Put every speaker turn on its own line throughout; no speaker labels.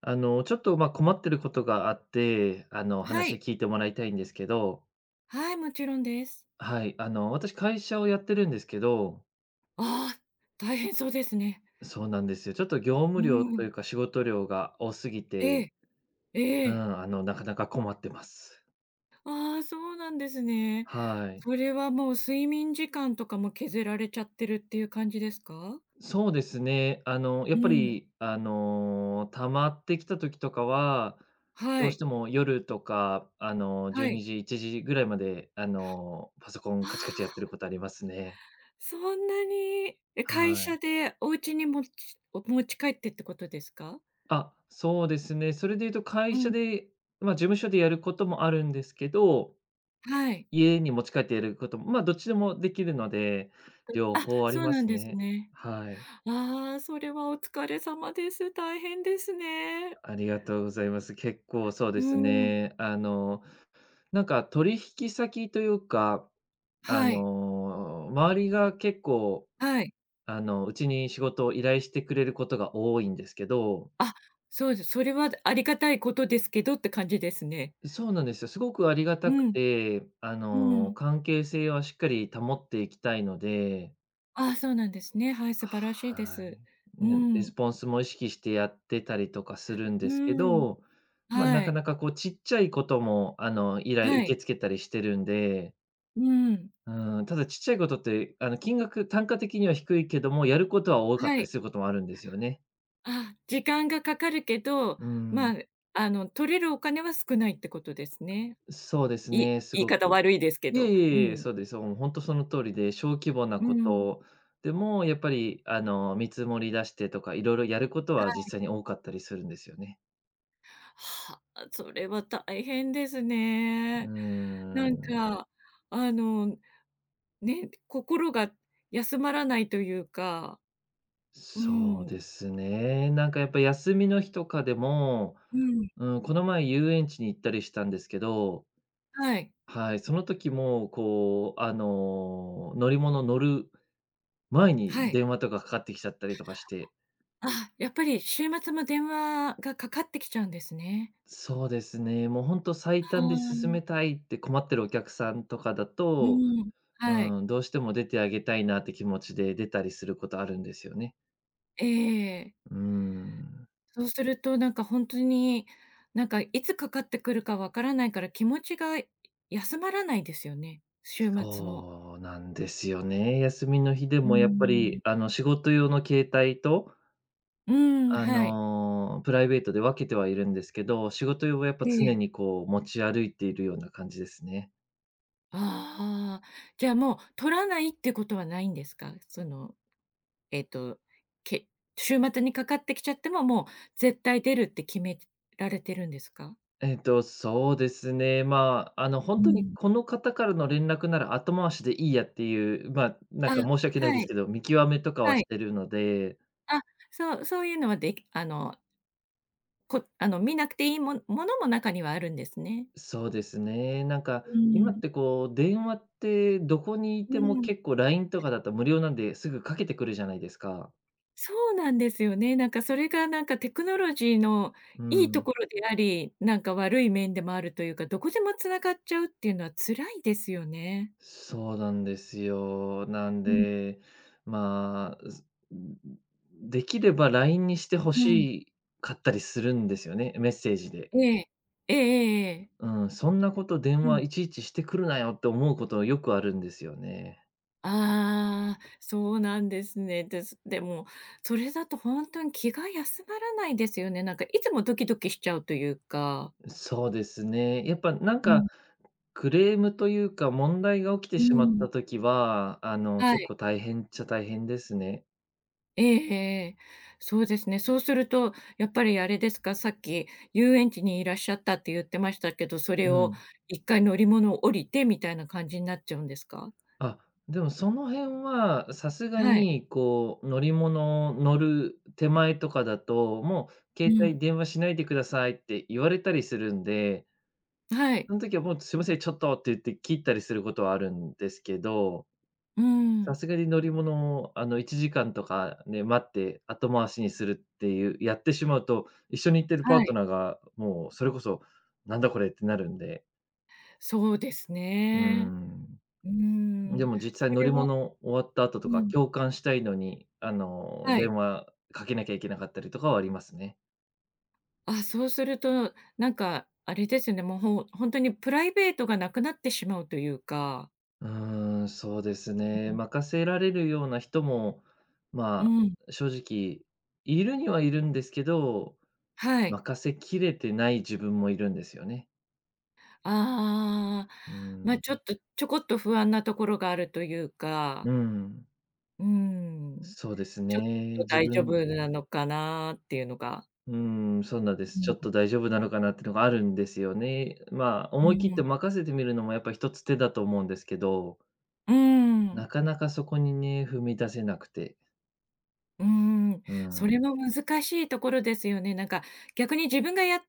あの、ちょっと、ま、あ困ってることがあって、
は
話
い。
聞いてもらいたいんですけど、
はい、もちろんです。
はい、私会社をやってるんですけど、
ああ、大変そうですね。
そうなんですよ。ちょっと業
う
務量
ー
とい
ん。
うか仕事量が多すぎ
え
て、
え、ええ。
なかなか困ってます。
ああ、そうなんですね。
はい。
それはもう睡眠時間とかも削られちゃってるっていう感じですか？
そうですね。あの、や
う
っぱ
ん。
り、あの、溜まってきた時とかは、
は
どうし
い、
ても夜とか、
は
12
い。
時、1時ぐらいまで、パソコ
あ
ンカチカチやってる
あ、
ことありますね。
そんなに。え、会
は
社
い。
でお家に持ち帰ってってことですか？
あ、そうですね。それで言うと
う
会社
ん、
で、まあ、事務所でやることもあるんですけど、
はい。
家に持ち帰ってやることも、まあ、どっちでもできるので、両
あ、
方あり
そう
ま
なん
す
です
ね。
ね。
はい。
ああ、それはお疲れ様です。大変ですね。
ありがとうございます。結構そう
う
です
ーん。
ね。なんか取引先というか、
はい。
周りが結構、
はい。
うちに仕事を依頼してくれることが多いんですけど、
あ、そうです。それはありがたいことですけどって感じですね。
そうなんですよ。すごくありが
う
たく
ん、
て、
うん。
関係性はしっかり保っていきたいので、
ああ、そうなんですね。はい、素晴らしいで
は
す。う
い。ね、レ
ん、
スポンスも意識してやってたりとかするんですけ
うん。
ど、まあ、な
は
か
い、
なかこうちっちゃいことも、依頼受
はい、
け付けたりしてるんで、
うん、
うん、ただちっちゃいことって、金額単価的には低いけども、やることは多かっ
は
たり
い。
することもあるんですよね。
あ、時間がかかるけど、
うん。
まあ、取れるお金は少ないってことですね。
そうですね、す
言い
ご
方
く。
悪いですけ
いえ
ど。
い
う
えいえ、
ん、
そうです。もう本当その通りで、小規模な
う
こ
ん。
とでも、やっぱり見積もり出してとか、いろいろやることは実際に多かったりするんですよね。
はあ、それは大変です
うー
ね。なん
ん。
か、あのね、心が休まらないというか、う
そう
ん、
ですね。なんかやっぱ休みの日とかでも、
うん、
うん、この前遊園地に行ったりしたんですけど、
はい、
はい、その時もこう、乗り物乗る前
は
に
い。
電話とかかかってきちゃったりとかして、
あ、やっぱり週末も電話がかかってきちゃうんですね。
そうですね、もうほんと最
あ
短で
あ、
進めたいって困ってるお客さんとかだ
う
と、
ん、はい、
うん、どうしても出てあげたいなって気持ちで出たりすることあるんですよね。
ええ。
うん、
そうするとなんかほんとに、なんかいつかかってくるかわからないから気持ちが休まらないですよね、週末も。
そうなんですよね。休みの日で
うー
もやっぱ
ん。
り、仕事用の携帯と、
うーん、はい。
プライベートで分けてはいるんですけど、仕事用はやっぱ
え
常
え。
にこう持ち歩いているような感じですね。
ああ、じゃあもう取らないってことはないんですか？そのえっと、け週末にかかってきちゃっても、もう絶対出るって決められてるんですか？
そうですね。
う
本当に
ん。
この方からの連絡なら後回しでいいやっていう、まあ、な
あ、
んか申し訳ないで
は
す
い、
けど、見極めとかは
は
し
い。
てるので、
あ、そういうのはあの、こあの、見なくていいのも中にはあるんですね。
そうですね。なんか、
う
今っ
ん。
てこう、電話ってどこにい
う
ても
ん、
結構 LINE とかだと無料なんで、すぐかけてくるじゃないですか。
そうなんですよね。なんかそれがなんかテクノロジーの
う
いいと
ん。
ころであり、なんか悪い面でもあるというか、どこでも繋がっちゃうっていうのは辛いですよね。
そうなんですよ。なん
うん。
で、まあ、すできれば LINE にしてほ
う
し
ん。
いかったりするんですよね、メッセージで。
ええ。ええええええ。
うん、そんなこと電
うん。
話いちいちしてくるなよって思うことよくあるんですよね。
ああ、そうなんですね。です。でも、それだと本当に気が休まらないですよね。なんかいつもドキドキしちゃうというか。
そうですね。やっぱなん
う
か、
ん、
クレームというか、問題が起きて
う
しまっ
ん。
た時は、
は
結
い。
構大変っちゃ大変ですね。
ええええ。そうですね。そうすると、やっぱりあれですか、さっき遊園地にいらっしゃったって言ってましたけど、それ
う
を
ん。
一回乗り物を降りてみたいな感じになっちゃうんですか？
あ、でもその辺はさすが
はい。
に、こう、乗り物乗る手前とかだと、もう
う
携帯
ん。
電話しないでくださいって言われたりするんで、
はい。
その時はもうすいません、ちょっとって言って切ったりすることはあるんですけど。
う
さ
ん。
すがに乗り物を、1時間とかね、待って後回しにするっていうやってしまうと、一緒に行ってるパ
は
ート
い。
ナーが、もうそれこそ、なんだこれってなるんで、
そうです
うー
ね。
ん。
うー
で
ん。
も実際
そ
乗
れ
り
は
物終わった後と
う
か、
ん。
共感したいのに、
はい。
電話かけなきゃいけなかったりとかはありますね。
あ、そうすると、なんかあれですよね、もうほんとにプライベートがなくなってしまうというか。
うーん、そうです
う
ね。
ん。
任せられるような人も、まあ、正直いるにはいるんですけど、
はい。
任せきれてない自分もいるんですよね。
ああ、
う
ま、
ん、
ちょっとちょこっと不安なところがあるというか、
うん、
うーん、
そうです
ちょっ
ね。
と
自
大丈
分、
夫なのかなっていうのが。
うん、そうなんで
う
す。ちょっ
ん、
と大丈夫なのかなっていうのがあるんですよね。まあ、
う
思い切っ
ー
て
ん、
任せてみるのもやっぱ一つ手だと思うんですけど、
うーん、
なかなかそこにね、踏み出せなくて。
うーん、
う
そ
ん、
れは難しいところですよね。なんか逆に自分がやっ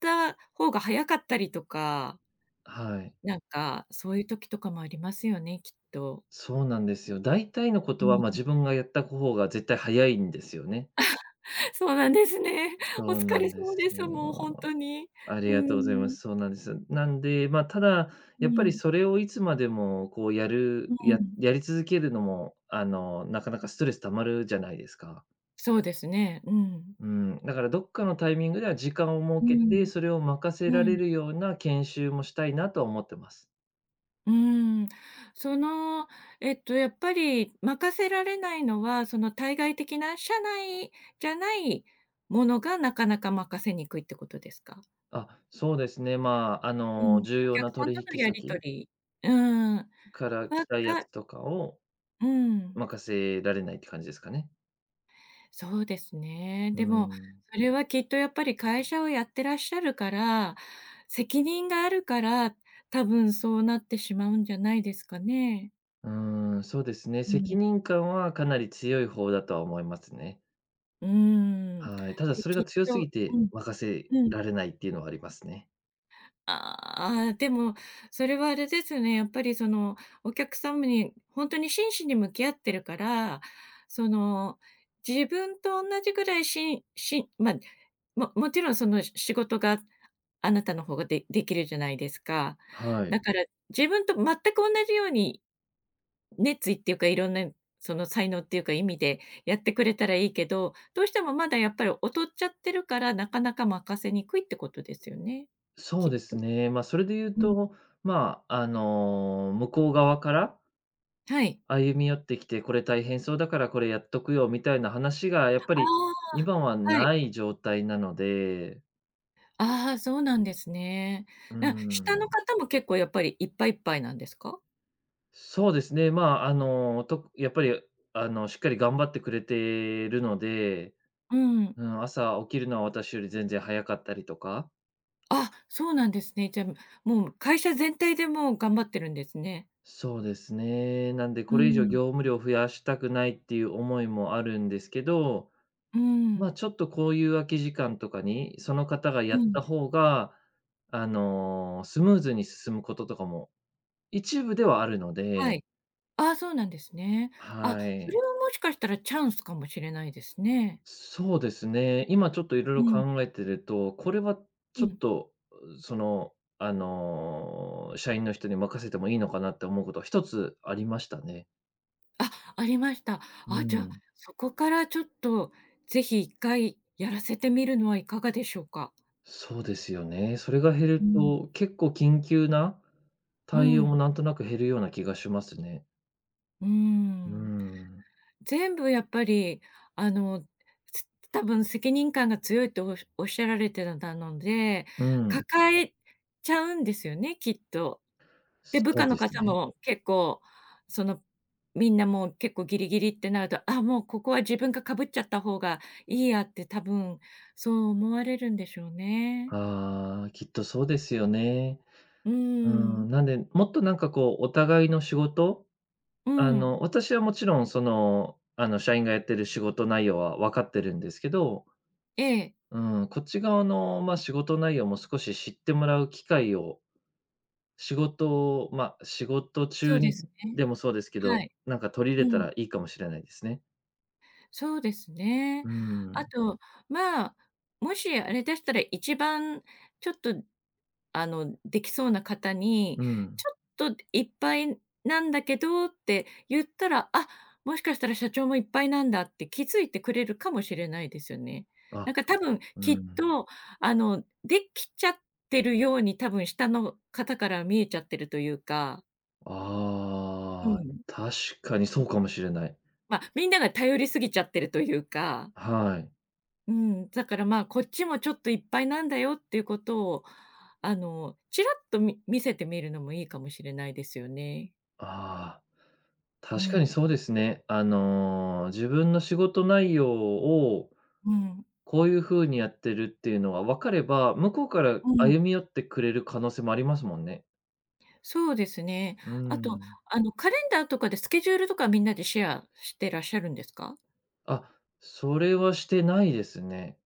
た方が早かったりとか
はい。
なんか、そういう時とかもありますよね、きっと。
そうなんですよ。大体のこ
う
とは、
ん。
まあ、自分がやった方が絶対早いんですよね。
そうなんですね。お
そう
疲
な
れ
んで
様
す
です、もうほん
よ。
とに。
あり
う
がとうございま
ん。
す。そうなんです。なんで、まあ、ただ、
う
やっぱり
ん。
それをいつまでもこうや
う
るや
ん。
やり続けるのも、なかなかストレス溜まるじゃないですか。
そうですね。うん。
うん、だからどっかのタイミングでは時間を
う
設けて、
ん。
それを任せ
う
られ
ん。
るような研修もしたいなとは思ってます。
うーん。その、やっぱり任せられないのは、その対外的な社内じゃないものがなかなか任せにくいってことですか？
あ、そうですね。
うん。
重
お
要
客
な
さん
取
との
引
やり取
先
りうーん。
から
ばっ
来たや
か
つとかを
うん。
任せられないって感じですかね。
そうですね。
う
でも、
ん。
それはきっとやっぱり会社をやってらっしゃるから、責任があるから、多分そうなってしまうんじゃないですかね。
うーん、そうですね。
う
責
ん。
任感はかなり強い方だとは思いますね。
うーん。
はい。ただ
で、
それ
きっ
が強す
と
ぎ
う
て
ん
任せ
うん。
られないっていうのはありますね。
ああ、でも、それはあれですよね、やっぱりその、お客様に本当に真摯に向き合ってるから、その、自分と同じぐらいしんしんまあ、もちろんその仕事があなたの方ができるじゃないですか。
は
だ
い。
から自分と全く同じように熱意っていうか、いろんなその才能っていうか意味でやってくれたらいいけど、どうしてもまだやっぱり劣っちゃってるから、なかなか任せにくいってことですよね、
そ
き
う
っ
です
と。
ね。まあ、それで言う
うん。
と、向こう側から
はい。
歩み寄ってきて、これ大変そうだからこれやっとくよみたいな話がやっぱり
あ
今は
あ、はい。
ない状態なので、
ああ、そうなんですね。
う
下の
ん。
方も結構やっぱりいっぱいいっぱいなんですか？
そうですね。やっぱりしっかり頑張ってくれてるので、
うん。
うん、朝起きるのは私より全然早かったりとか、
あ、そうなんですね。じゃ、もう会社全体でもう頑張ってるんですね。
そうですね。なんで
う
これ以上
ん。
業務量を増やしたくないっていう思いもあるんですけど、
う
ま
ん。
あ、ちょっとこういう空き時間とかに、その方が
う
やっ
ん。
た方が、スムーズに進むこととかも一部ではあるの
は
で、
い。ああ、そうなんですね。あ、
は
それ
い。
はもしかしたらチャンスかもしれないですね。
そうですね。今ちょっといろいろ
うん、
考えてると、これは
う
ちょっ
ん。
と、その、あの、社員の人に任せてもいいのかなって思うことは一つありましたね。
あ、ありました。
う
あ、じゃあ、
ん。
そこからちょっとぜひ1回やらせてみるのはいかがでしょうか？
そうですよね。それが減
う
る
ん。
と、結構緊急な
う
対応
ん。
もなんとなく減るような気がしますね。
うー
う
ん。
ん。
全部やっぱり、あの、多分責任感が強いとおっしゃられてたので、
うん。
抱えちゃうんですよね、きっと。で、部
そ
下
う
の
です
方
ね。
も結構、その、みんなもう結構ギリギリってなると、あ、もうここは自分がかぶっちゃった方がいいやって多分そう思われるんでしょうね。
ああ、きっとそうですよね。
うー
う
ん。
なんで、もっとなんかこう、お互いの仕事
う
あ
ん。
の、私はもちろんその、社員がやってる仕事内容は分かってるんですけど、
ええ、
うん、こっち側の、まあ、仕事内容も少し知ってもらう機会を、仕事を、まあ、仕事
そ
中
うで
に
すね。
でもそうですけ
は
ど、
い。
なんか取り入れた
うん。
らいいかもしれないですね。
そうですね。
う
あ
ん、
と、まあ、もしあれでしたら、一番ちょっと、あの、できそうな方に、
うん。
ちょっといっぱいなんだけどって言ったら、あ、もしかしたら社長もいっぱいなんだって気づいてくれるかもしれないですよね。な
あ、
んか多分
う
きっ
ん。
と、あの、できちゃってるように多分下の方から見えちゃってるというか、う
ああ、
ん。
確かにそうかもしれない。
まあ、みんなが頼りすぎちゃってるというか
はい。
うん、だからまあ、こっちもちょっといっぱいなんだよっていうことを、あの、ちらっと見せてみるのもいいかもしれないですよね。
ああ、
う
確かに
ん、
そうですね。自分の仕事内容を
うん、
こういう風にやってるっていうのは分かれば、向こうから
うん。
歩み寄ってくれる可能性もありますもんね。
そうですね。
うー
あと、
ん。
あの、カレンダーとかでスケジュールとかみんなでシェアしてらっしゃるんですか？
あ、それはしてないですね。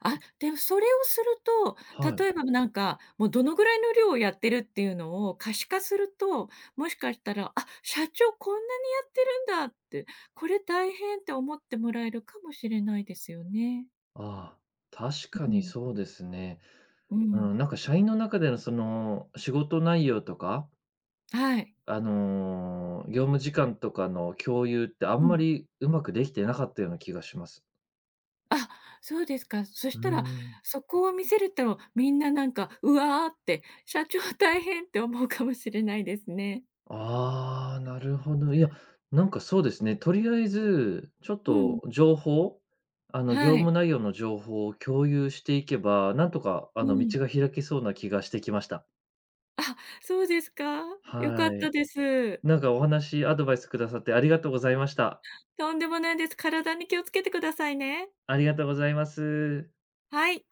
あ、でもそれをすると、
はい。
例えばなんか、もうどのぐらいの量をやってるっていうのを可視化すると、もしかしたら、あ、社長こんなにやってるんだって、これ大変って思ってもらえるかもしれないですよね。
ああ、確か
う
に
ん。
そうですね。
う
うん、
ん。
なんか社員の中でのその、仕事内容とか、
はい。
業務時間とかの共有ってあ
う
んま
ん。
りうまくできてなかったような気がします。
あ、そうですか。そ
う
し
ー
たら、
ん。
そこを見せると、みんななんか、うわーって、社長大変って思うかもしれないですね。
ああ、なるほど。いや、なんかそうですね、とりあえず、ちょっ
うん。
と情報、業
はい。
務内容の情報を共有していけば、なんとか
う
あの、
ん。
道が開けそうな気がしてきました。
あ、そうですか。良か
は
った
い。
です。
なんかお話、アドバイスくださってありがとうございました。
とんでもないです。体に気をつけてくださいね。
ありがとうございます。
はい。